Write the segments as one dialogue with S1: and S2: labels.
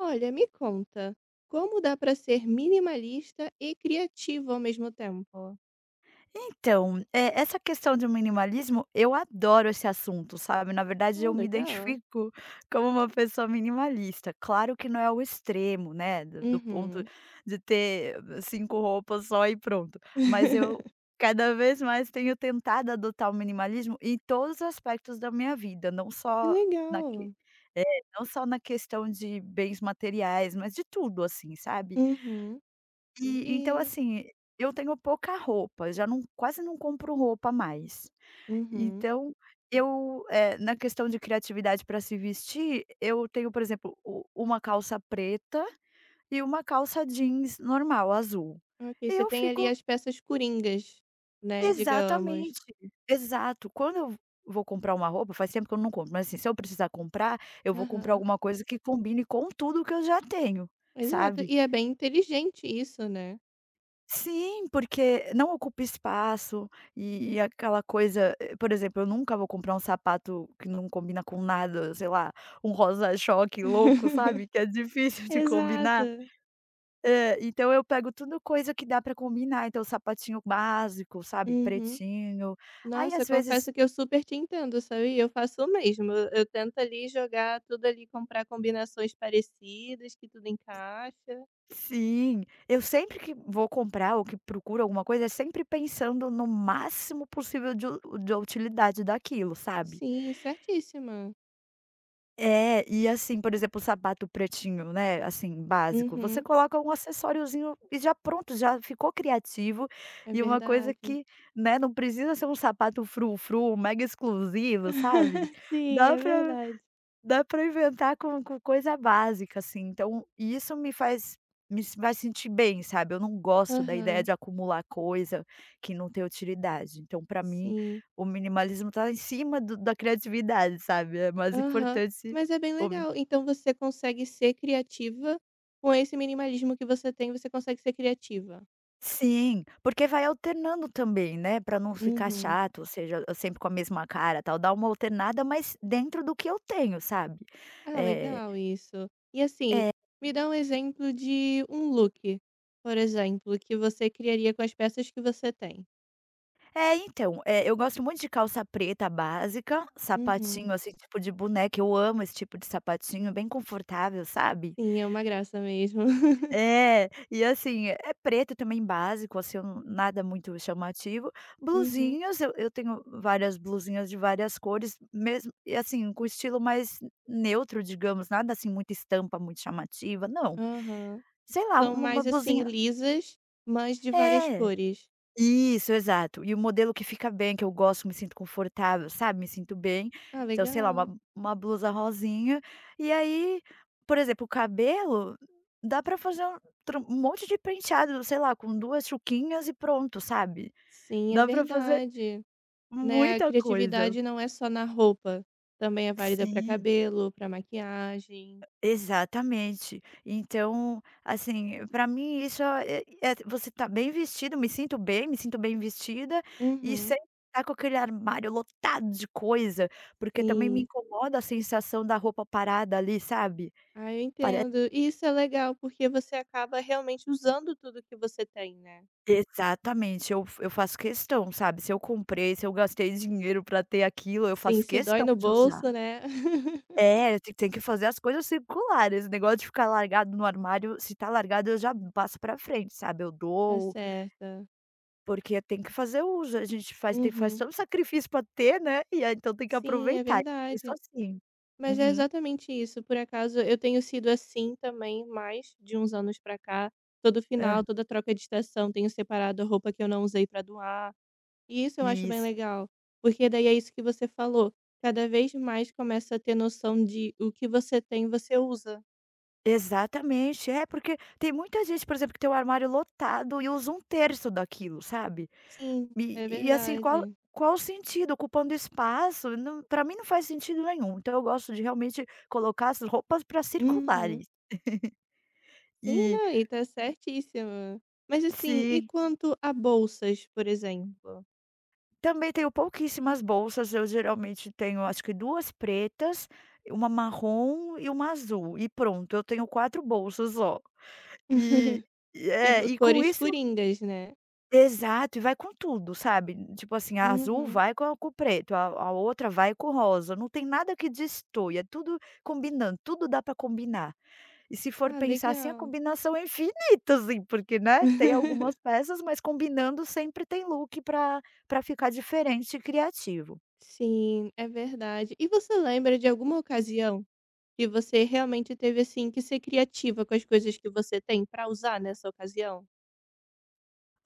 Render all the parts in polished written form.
S1: Olha, me conta, como dá para ser minimalista e criativo ao mesmo tempo?
S2: Então, essa questão do minimalismo, eu adoro esse assunto, sabe. Na verdade,
S1: Ah,
S2: eu me
S1: legal.
S2: identifico como uma pessoa minimalista. Claro que não é o extremo, né, do ponto
S1: Uhum.
S2: de ter 5 roupas só e pronto. Mas eu cada vez mais tenho tentado adotar o minimalismo em todos os aspectos da minha vida, não
S1: Que
S2: só na que
S1: legal.
S2: é, não só na questão de bens materiais, mas de tudo, assim, sabe.
S1: Uhum.
S2: E então
S1: E
S2: assim, eu tenho pouca roupa, já não quase não compro roupa mais.
S1: uhum.
S2: Então eu, na questão de criatividade para se vestir, eu tenho, por exemplo, u uma calça preta e uma calça jeans normal, azul.
S1: Ok,
S2: E
S1: você
S2: eu
S1: tem ali
S2: fico
S1: as peças coringas, né, digamos.
S2: Exatamente, exato. Quando eu vou comprar uma roupa, faz tempo que eu não compro, mas assim, se eu precisar comprar, eu vou comprar
S1: Aham.
S2: alguma coisa que combine com tudo que eu já tenho,
S1: Exato,
S2: sabe?
S1: e é bem inteligente isso, né.
S2: Sim, porque não ocupa espaço e aquela coisa, por exemplo, eu nunca vou comprar um sapato que não combina com nada, sei lá, um rosa-choque louco, sabe, que é difícil de combinar.
S1: Exato.
S2: É, então eu pego tudo coisa que dá pra combinar, então sapatinho básico, sabe,
S1: Uhum.
S2: pretinho. Aí
S1: Nossa, eu
S2: às vezes
S1: confesso que eu super te entendo, sabia? Eu faço o mesmo. Eu tento ali jogar tudo ali, comprar combinações parecidas, que tudo encaixa.
S2: sim, eu sempre que vou comprar ou que procuro alguma coisa, é sempre pensando no máximo possível de utilidade daquilo, sabe.
S1: Sim, certíssima.
S2: É, e assim, por exemplo, o sapato pretinho, né, assim, básico, você
S1: Uhum,
S2: coloca um acessóriozinho e já pronto, já ficou criativo,
S1: é
S2: e uma coisa
S1: verdade.
S2: que, né, não precisa ser um sapato frufru, mega exclusivo, sabe.
S1: Sim,
S2: Dá
S1: é
S2: pra
S1: verdade.
S2: Dá para inventar com coisa básica, assim, então isso me faz me se faz sentir bem, sabe. Eu não gosto da ideia
S1: Aham,
S2: de acumular coisa que não tem utilidade. Então, para mim,
S1: sim.
S2: o minimalismo tá em cima do da criatividade, sabe. É mais
S1: Aham.
S2: importante
S1: Mas é bem
S2: o mi
S1: legal. Então você consegue ser criativa com esse minimalismo que você tem, você consegue ser criativa.
S2: Sim, porque vai alternando também, né, para não ficar
S1: Uhum.
S2: chato, ou seja, eu sempre com a mesma cara, tal. Dá uma alternada, mas dentro do que eu tenho, sabe.
S1: Ah,
S2: Eh
S1: legal isso. E assim,
S2: é
S1: me dá um exemplo de um look, por exemplo, que você criaria com as peças que você tem.
S2: Então, eu gosto muito de calça preta básica,
S1: Uhum.
S2: sapatinho, assim, tipo de boneca, eu amo esse tipo de sapatinho, bem confortável, sabe.
S1: Sim, é uma graça mesmo.
S2: É, e assim, é preto também básico, assim, eu nada muito chamativo.
S1: Uhum.
S2: Blusinhas, eu tenho várias blusinhas de várias cores, mesmo e assim, com estilo mais neutro, digamos, nada assim, muita estampa muito chamativa, não.
S1: Aham.
S2: Sei lá,
S1: São
S2: uma uma
S1: mais assim
S2: blusinha
S1: lisas, mas de várias
S2: é.
S1: cores.
S2: Isso, exato. E o modelo que fica bem, que eu gosto, me sinto confortável, sabe, me sinto bem.
S1: Ah,
S2: Então, sei lá, uma
S1: legal.
S2: uma blusa rosinha, e aí, por exemplo, o cabelo, dá pra fazer um tro um monte de penteado, sei lá, com 2 chuquinhas e pronto, sabe.
S1: Sim, é
S2: Dá pra fazer
S1: verdade. Né, a
S2: muita coisa.
S1: criatividade não é só na roupa, também é válida para
S2: Sim.
S1: cabelo, para maquiagem.
S2: Exatamente. Então, assim, para mim isso é é você tá bem vestido, me sinto bem vestida e
S1: Uhum.
S2: sem tá com aquele armário lotado de coisa, porque também me
S1: Sim.
S2: incomoda a sensação da roupa parada ali, sabe.
S1: Ah, eu
S2: Parece
S1: entendo. E isso é legal, porque você acaba realmente usando tudo que você tem, né.
S2: exatamente, eu faço questão, sabe, se eu comprei, se eu gastei dinheiro para ter aquilo, eu
S1: Sim,
S2: faço
S1: se dói
S2: questão
S1: no
S2: de usar.
S1: bolso, né.
S2: É, tem que fazer as coisas circulares esse negócio de ficar largado no armário, se tá largado eu já passo pra frente, sabe, eu
S1: Tá
S2: dou
S1: certa.
S2: porque tem que fazer uso, a gente faz
S1: Uhum.
S2: todo um sacrifício para ter, né, e aí então tem que
S1: Sim, é
S2: aproveitar, eu penso
S1: verdade.
S2: assim.
S1: Mas é
S2: Uhum.
S1: exatamente isso. Por acaso, eu tenho sido assim também, mais de uns anos pra cá. Todo
S2: Hã.
S1: final, toda troca de estação, tenho separado a roupa que eu não usei pra doar. E isso eu acho bem
S2: Isso.
S1: legal, porque daí é isso que você falou, cada vez mais começa a ter noção de o que você tem, você usa.
S2: Exatamente, é porque tem muita gente, por exemplo, que tem o armário lotado e usa um terço daquilo, sabe.
S1: Sim, é
S2: E assim, qual
S1: verdade.
S2: qual o sentido? Ocupando espaço, não para mim não faz sentido nenhum, então eu gosto de realmente colocar as roupas para
S1: Uhum.
S2: circularem.
S1: Sim,
S2: E
S1: não, e tá certíssima. Mas assim, e
S2: sim.
S1: quanto a bolsas, por exemplo?
S2: Também tenho pouquíssimas bolsas, eu geralmente tenho acho que 2 pretas, uma marrom e uma azul e pronto, eu tenho 4 bolsas ó. E e
S1: E
S2: é,
S1: bo
S2: e com
S1: cores
S2: isso
S1: coringas, né.
S2: exato, e vai com tudo, sabe. Tipo assim, a azul
S1: Uhum.
S2: vai com a com o preto, a outra vai com o rosa, não tem nada que destoe, é tudo combinando, tudo dá para combinar. E se for
S1: Ah,
S2: pensar assim, a
S1: legal.
S2: combinação é infinita, assim, porque, né, tem algumas peças, mas combinando sempre tem look para para ficar diferente e criativo.
S1: Sim, é verdade. E você lembra de alguma ocasião que você realmente teve, assim, que ser criativa com as coisas que você tem pra usar nessa ocasião?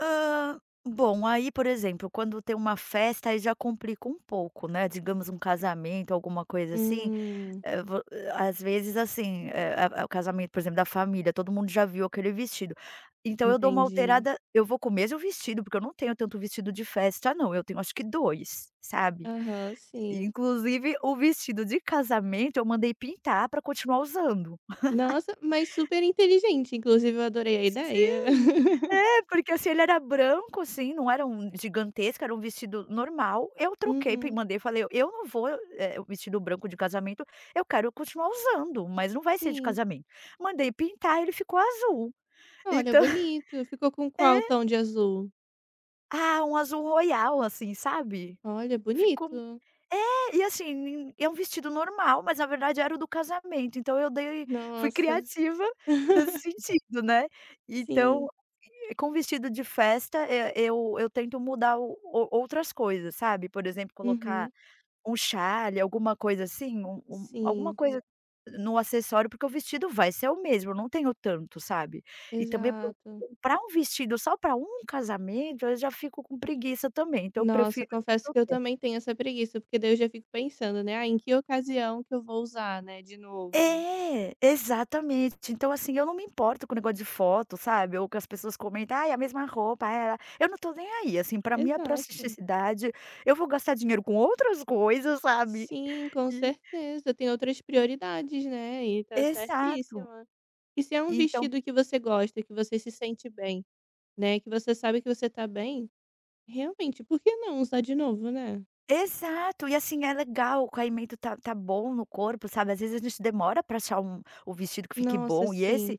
S2: Hã, bom, aí, por exemplo, quando tem uma festa, aí já complica um pouco, né, digamos um casamento, alguma coisa assim,
S1: Hum,
S2: às vezes, assim, o casamento, por exemplo, da família, todo mundo já viu aquele vestido. Então eu dou uma
S1: entendi.
S2: alterada eu vou com o mesmo vestido, porque eu não tenho tanto vestido de festa não, eu tenho acho que 2 sabe.
S1: Aham, sim.
S2: Inclusive o vestido de casamento eu mandei pintar para continuar usando.
S1: Nossa, mas super inteligente, inclusive eu adorei a ideia.
S2: É, porque assim, ele era branco, assim, não era um gigantesco, era um vestido normal. Eu troquei, pe
S1: Uhum,
S2: mandei, falei: "Eu não vou, o vestido branco de casamento, eu quero continuar usando, mas não vai ser de
S1: sim.
S2: casamento". Mandei pintar, ele ficou azul.
S1: Olha,
S2: Então
S1: bonito. Ficou com
S2: é.
S1: qual tom de azul?
S2: Ah, um azul royal, assim, sabe.
S1: Olha,
S2: Ficou
S1: bonito.
S2: é, e assim, nem- é um vestido normal, mas na verdade era o do casamento, então eu dei fui
S1: Nossa.
S2: criativa nesse sentido, né. Então,
S1: Sim.
S2: com vestido de festa, eu tento mudar o outras coisas, sabe. Por exemplo, colocar
S1: Uhum.
S2: um chale, alguma coisa assim, alguma
S1: Sim,
S2: coisa no acessório, porque o vestido vai ser o mesmo, eu não tenho tanto, sabe. E também para
S1: exato.
S2: comprar um vestido só para um casamento, eu já fico com preguiça também, então eu
S1: Nossa,
S2: prefiro
S1: confesso que eu também tenho essa preguiça, porque daí eu já fico pensando, né: "Ah, em que ocasião que eu vou usar, né, de novo?"
S2: é, exatamente. Então, assim, eu não me importo com o negócio de foto, sabe, ou que as pessoas comentam: "Ai, a mesma roupa, é, ela" eu não tô nem aí, assim, pra mim é
S1: Exato.
S2: praticidade, eu vou gastar dinheiro com outras coisas, sabe,
S1: Sim, com
S2: e
S1: certeza. Tem outras prioridades, né, e tá
S2: exato.
S1: certíssima. E se é um
S2: Então
S1: vestido que você gosta, que você se sente bem, né, que você sabe que você tá bem, realmente, por que não usar de novo, né?
S2: exato, e assim, é legal, o caimento tá bom no corpo, sabe, às vezes a gente demora pra achar o vestido que fique
S1: Nossa,
S2: bom e
S1: sim.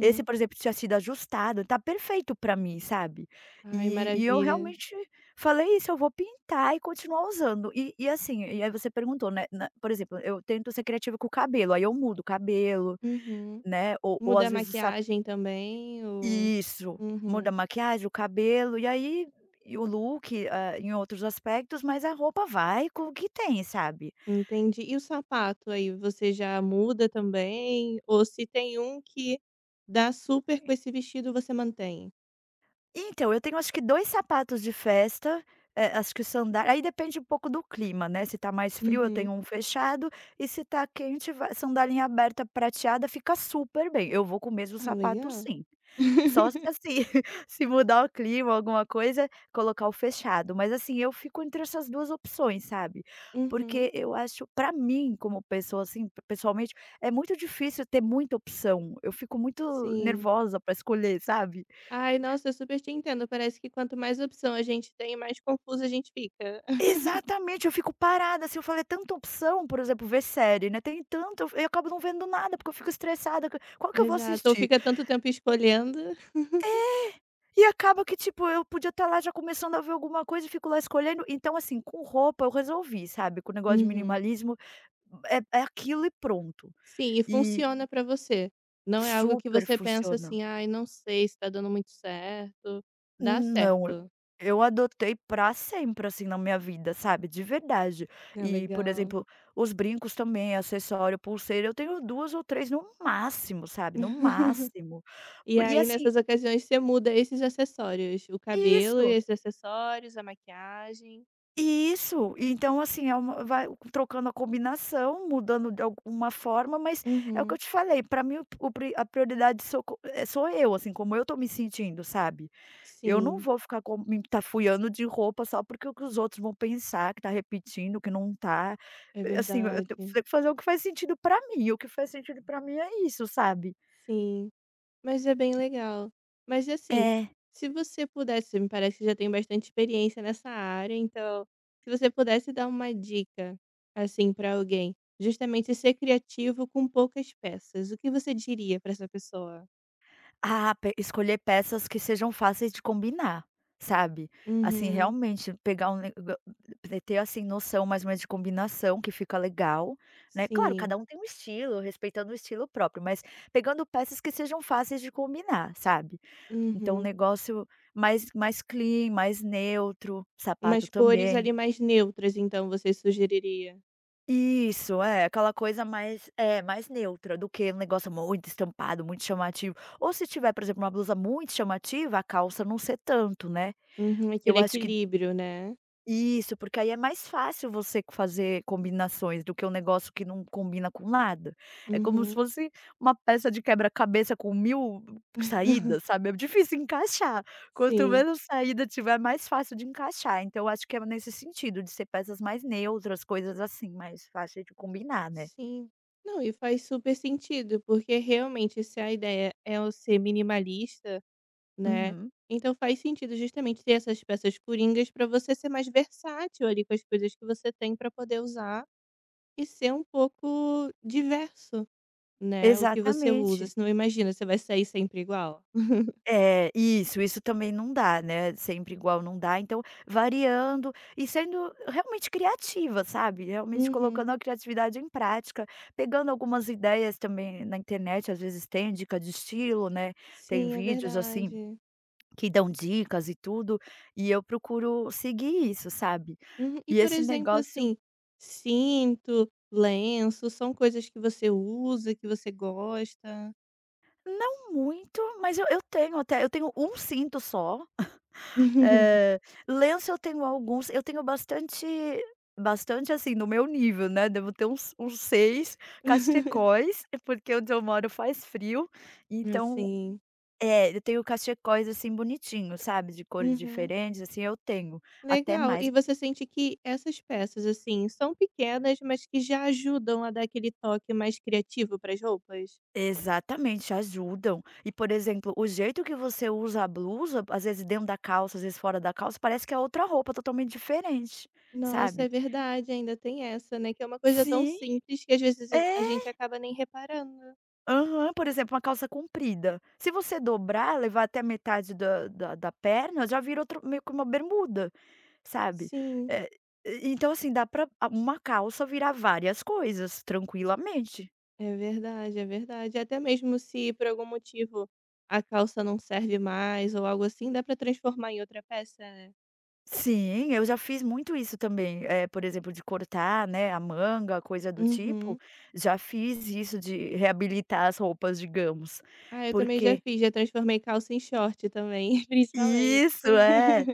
S2: esse, por exemplo, tinha sido ajustado, tá perfeito pra mim, sabe.
S1: Ai,
S2: E eu
S1: maravilha.
S2: realmente falei isso: "Eu vou pintar e continuar usando". E assim, e aí você perguntou, né, na por exemplo, eu tento ser criativa com o cabelo, aí eu mudo o cabelo,
S1: Uhum.
S2: né, ou
S1: Muda a
S2: às vezes sa
S1: maquiagem também ou
S2: isso, muda a
S1: Uhum.
S2: maquiagem, o cabelo, e o look, ah, em outros aspectos, mas a roupa vai com o que tem, sabe.
S1: Entendi. E o sapato aí, você já muda também? Ou se tem um que dá super com esse vestido, você mantém?
S2: Então, eu tenho acho que 2 sapatos de festa, acho que sandália aí depende um pouco do clima, né, se tá mais frio eu
S1: Uhum.
S2: tenho um fechado, e se tá quente vai sandalinha aberta prateada fica super bem, eu vou com o mesmo
S1: Ah,
S2: sapato
S1: legal.
S2: sim. Só se assim, se mudar o clima, alguma coisa, colocar o fechado, mas assim, eu fico entre essas 2 opções, sabe.
S1: Uhum.
S2: Porque eu acho pra mim como pessoa, assim, pessoalmente, é muito difícil ter muita opção, eu fico muito
S1: Sim.
S2: nervosa pra escolher, sabe.
S1: Ai, nossa, eu super te entendo. Parece que quanto mais opção a gente tem, mais confusa a gente fica.
S2: Exatamente, eu fico parada, assim, eu falei: "É tanta opção", por exemplo, ver série, né, tem tanto eu acabo não vendo nada, porque eu fico estressada que qual que eu vou
S1: Exato, ou
S2: assistir?
S1: fica tanto tempo escolhendo.
S2: E acaba que, tipo, eu podia estar lá já começando a ver alguma coisa e fico lá escolhendo. Então, assim, com roupa eu resolvi, sabe, com o negócio de
S1: Uhum.
S2: minimalismo, é é aquilo e pronto.
S1: Sim, e
S2: E
S1: funciona pra você. Não é algo que
S2: super
S1: você pensa
S2: funcionou.
S1: assim: "Ai, não sei se tá dando muito certo". Dá
S2: Não, eu
S1: certo.
S2: eu adotei pra sempre, assim, na minha vida, sabe, de verdade.
S1: É
S2: E, por
S1: legal.
S2: exemplo, os brincos também, acessório, pulseira, eu tenho 2 ou 3, no máximo, sabe, no máximo.
S1: E
S2: Por- E
S1: aí,
S2: assim
S1: nessas ocasiões, você muda esses acessórios, o cabelo e
S2: isso,
S1: esses acessórios, a maquiagem.
S2: isso. E então, assim, é uma vai trocando a combinação, mudando de alguma forma, mas é o que eu
S1: Uhum.
S2: te falei, pra mim o pri a prioridade sou eu, assim, como eu tô me sentindo, sabe. Eu não
S1: Sim,
S2: vou ficar com me entafuiando de roupa só porque o que os outros vão pensar que tá repetindo, que não tá.
S1: é
S2: Assim, eu tenho
S1: verdade.
S2: que fazer o que faz sentido pra mim, o que faz sentido pra mim é isso, sabe.
S1: Sim. Mas é bem legal. Mas assim,
S2: É.
S1: se você pudesse, me parece que já tem bastante experiência nessa área, então se você pudesse dar uma dica, assim, pra alguém, justamente ser criativo com poucas peças, o que você diria pra essa pessoa?
S2: Ah, pe escolher peças que sejam fáceis de combinar, sabe. Assim,
S1: Uhum,
S2: realmente pegar um ne ga- ter, assim, noção mais ou menos de combinação que fica legal, né. Claro,
S1: sim.
S2: cada um tem um estilo, respeitando o estilo próprio, mas pegando peças que sejam fáceis de combinar, sabe. Então o
S1: Uhum.
S2: negócio mais clean, mais neutro, sapato
S1: Umas cores
S2: também.
S1: ali mais neutras, então você sugeriria?
S2: Isso, é, aquela coisa mais neutra do que um negócio muito estampado, muito chamativo. Ou se tiver, por exemplo, uma blusa muito chamativa, a calça não ser tanto, né.
S1: Uhum, aquele
S2: Eu acho que
S1: equilíbrio, né?
S2: isso, porque aí é mais fácil você co fazer combinações do que um negócio que não combina com nada. É como se
S1: Uhum.
S2: fosse uma peça de quebra-cabeça com 1000 saídas, sabe, é difícil encaixar. Quanto
S1: Sim.
S2: menos saída tiver, mais fácil de encaixar. Então eu acho que é nesse sentido, de ser peças mais neutras, coisas assim, mais fáceis de combinar, né.
S1: Sim. Não, e faz super sentido, porque realmente se a ideia é o ser minimalista, né,
S2: Uhum.
S1: então faz sentido justamente ter essas peças coringas para você ser mais versátil ali com as coisas que você tem para poder usar e ser um pouco diverso, né, o que você usa,
S2: Exatamente.
S1: senão imagina, você vai sair sempre igual.
S2: É, isso também não dá, né, sempre igual não dá, então variando e sendo realmente criativa, sabe, realmente
S1: Uhum.
S2: colocando a criatividade em prática, pegando algumas ideias também na internet, às vezes tem dica de estilo, né, tem
S1: Sim, é
S2: vídeos, assim,
S1: verdade.
S2: que dão dicas e tudo, e eu procuro seguir isso, sabe.
S1: Uhum. E
S2: E
S1: por
S2: esse
S1: exemplo,
S2: negócio
S1: assim, cinto, lenço, são coisas que você usa, que você gosta?
S2: não muito, mas eu tenho um cinto só. É, lenço eu tenho bastante, assim, no meu nível, né, devo ter uns 6 cachecóis, porque onde eu moro faz frio, então
S1: Assim.
S2: é, eu tenho cachecóis, assim, bonitinhos, sabe, de cores
S1: Uhum.
S2: diferentes, assim, eu tenho, até
S1: Legal. E
S2: mais
S1: você sente que essas peças, assim, são pequenas, mas que já ajudam a dar aquele toque mais criativo para as roupas?
S2: exatamente, ajudam. E, por exemplo, o jeito que você usa a blusa, às vezes dentro da calça, às vezes fora da calça, parece que é outra roupa totalmente diferente,
S1: Nossa, é
S2: sabe.
S1: verdade, ainda tem essa, né? Que é uma coisa tão
S2: Sim,
S1: simples que às vezes a
S2: é.
S1: gente acaba nem reparando.
S2: Aham, por exemplo, uma calça comprida. Se você dobrar, levar até a metade da perna, já vira outro meio que uma bermuda, sabe.
S1: Sim,
S2: Eh, e então assim, dá pra a uma calça virar várias coisas, tranquilamente.
S1: é verdade, é verdade. Até mesmo se por algum motivo a calça não serve mais ou algo assim, dá para transformar em outra peça, né?
S2: Sim, eu já fiz muito isso também, por exemplo, de cortar, né, a manga, coisa do tipo,
S1: Uhum.
S2: já fiz isso de reabilitar as roupas, digamos,
S1: Ah, eu também já
S2: porque
S1: fiz, já transformei calça em short também, principalmente.
S2: isso, é.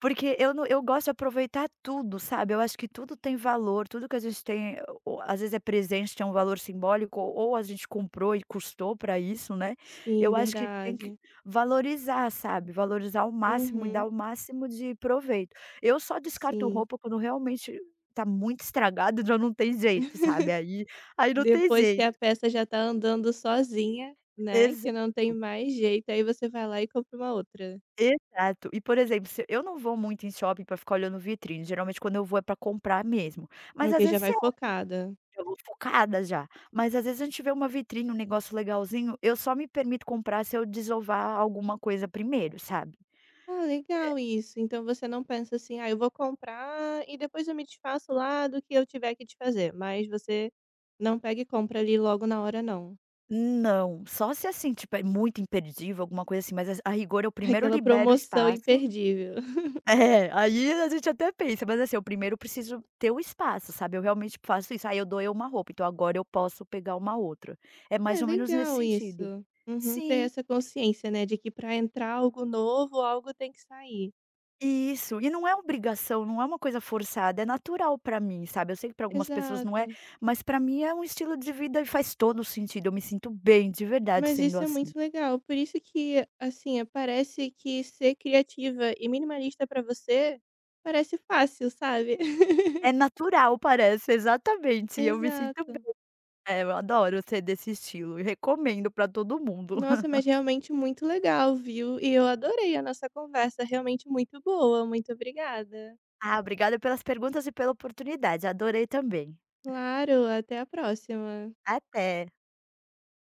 S2: Porque eu não eu gosto de aproveitar tudo, sabe, eu acho que tudo tem valor, tudo que a gente tem o às vezes é presente, tem um valor simbólico ou a gente comprou e custou para isso, né.
S1: Sim,
S2: Eu acho que tem que
S1: verdade.
S2: valorizar, sabe, valorizar ao máximo e dar
S1: Uhum,
S2: o máximo de proveito. Eu só descarto
S1: sim.
S2: roupa quando realmente tá muito estragado já não tem jeito, sabe, aí não tem
S1: Depois que
S2: jeito.
S1: a peça já tá andando sozinha, né,
S2: Exa
S1: que não tem mais jeito, aí você vai lá e compra uma outra.
S2: exato. E, por exemplo, se eu não vou muito em shopping para ficar olhando vitrine, geralmente quando eu vou é para comprar mesmo, mas às
S1: Ok, já
S2: vezes
S1: vai
S2: você
S1: focada.
S2: eu vou focada já. Mas às vezes a gente vê uma vitrine, um negócio legalzinho, eu só me permito comprar se eu desovar alguma coisa primeiro, sabe.
S1: Ah, legal isso. Então você não pensa assim: "Ah, eu vou comprar e depois eu me desfaço lá do que eu tiver que desfazer", mas você não pega e compra ali logo na hora não.
S2: Não, só se assim, tipo, é muito imperdível, alguma coisa assim, mas a rigor eu primeiro
S1: Aquela
S2: libero o
S1: promoção
S2: espaço
S1: imperdível.
S2: é, aí a gente até pensa, mas assim, eu primeiro preciso ter o espaço, sabe. Eu realmente faço isso, aí eu dou eu uma roupa, então agora eu posso pegar uma outra. É
S1: É
S2: mais ou menos nesse
S1: legal
S2: sentido.
S1: isso. Uhum, ter
S2: Sim.
S1: essa consciência, né, de que para entrar algo novo, algo tem que sair.
S2: Isso, e não é obrigação, não é uma coisa forçada, é natural pra mim, sabe. Eu sei que pra algumas pessoas não
S1: Exato.
S2: é, mas pra mim é um estilo de vida e faz todo o sentido, eu me sinto bem de verdade
S1: Mas
S2: sendo
S1: isso é
S2: assim.
S1: muito legal, por isso que, assim, parece que ser criativa e minimalista pra você, parece fácil, sabe.
S2: É natural parece, exatamente, eu me sinto bem.
S1: Exato.
S2: É, eu adoro ser desse estilo e recomendo pra todo mundo.
S1: Nossa, mas realmente muito legal, viu. E eu adorei a nossa conversa, realmente muito boa, muito obrigada.
S2: Ah, obrigada pelas perguntas e pela oportunidade, adorei também.
S1: Claro, até a próxima.
S2: Até.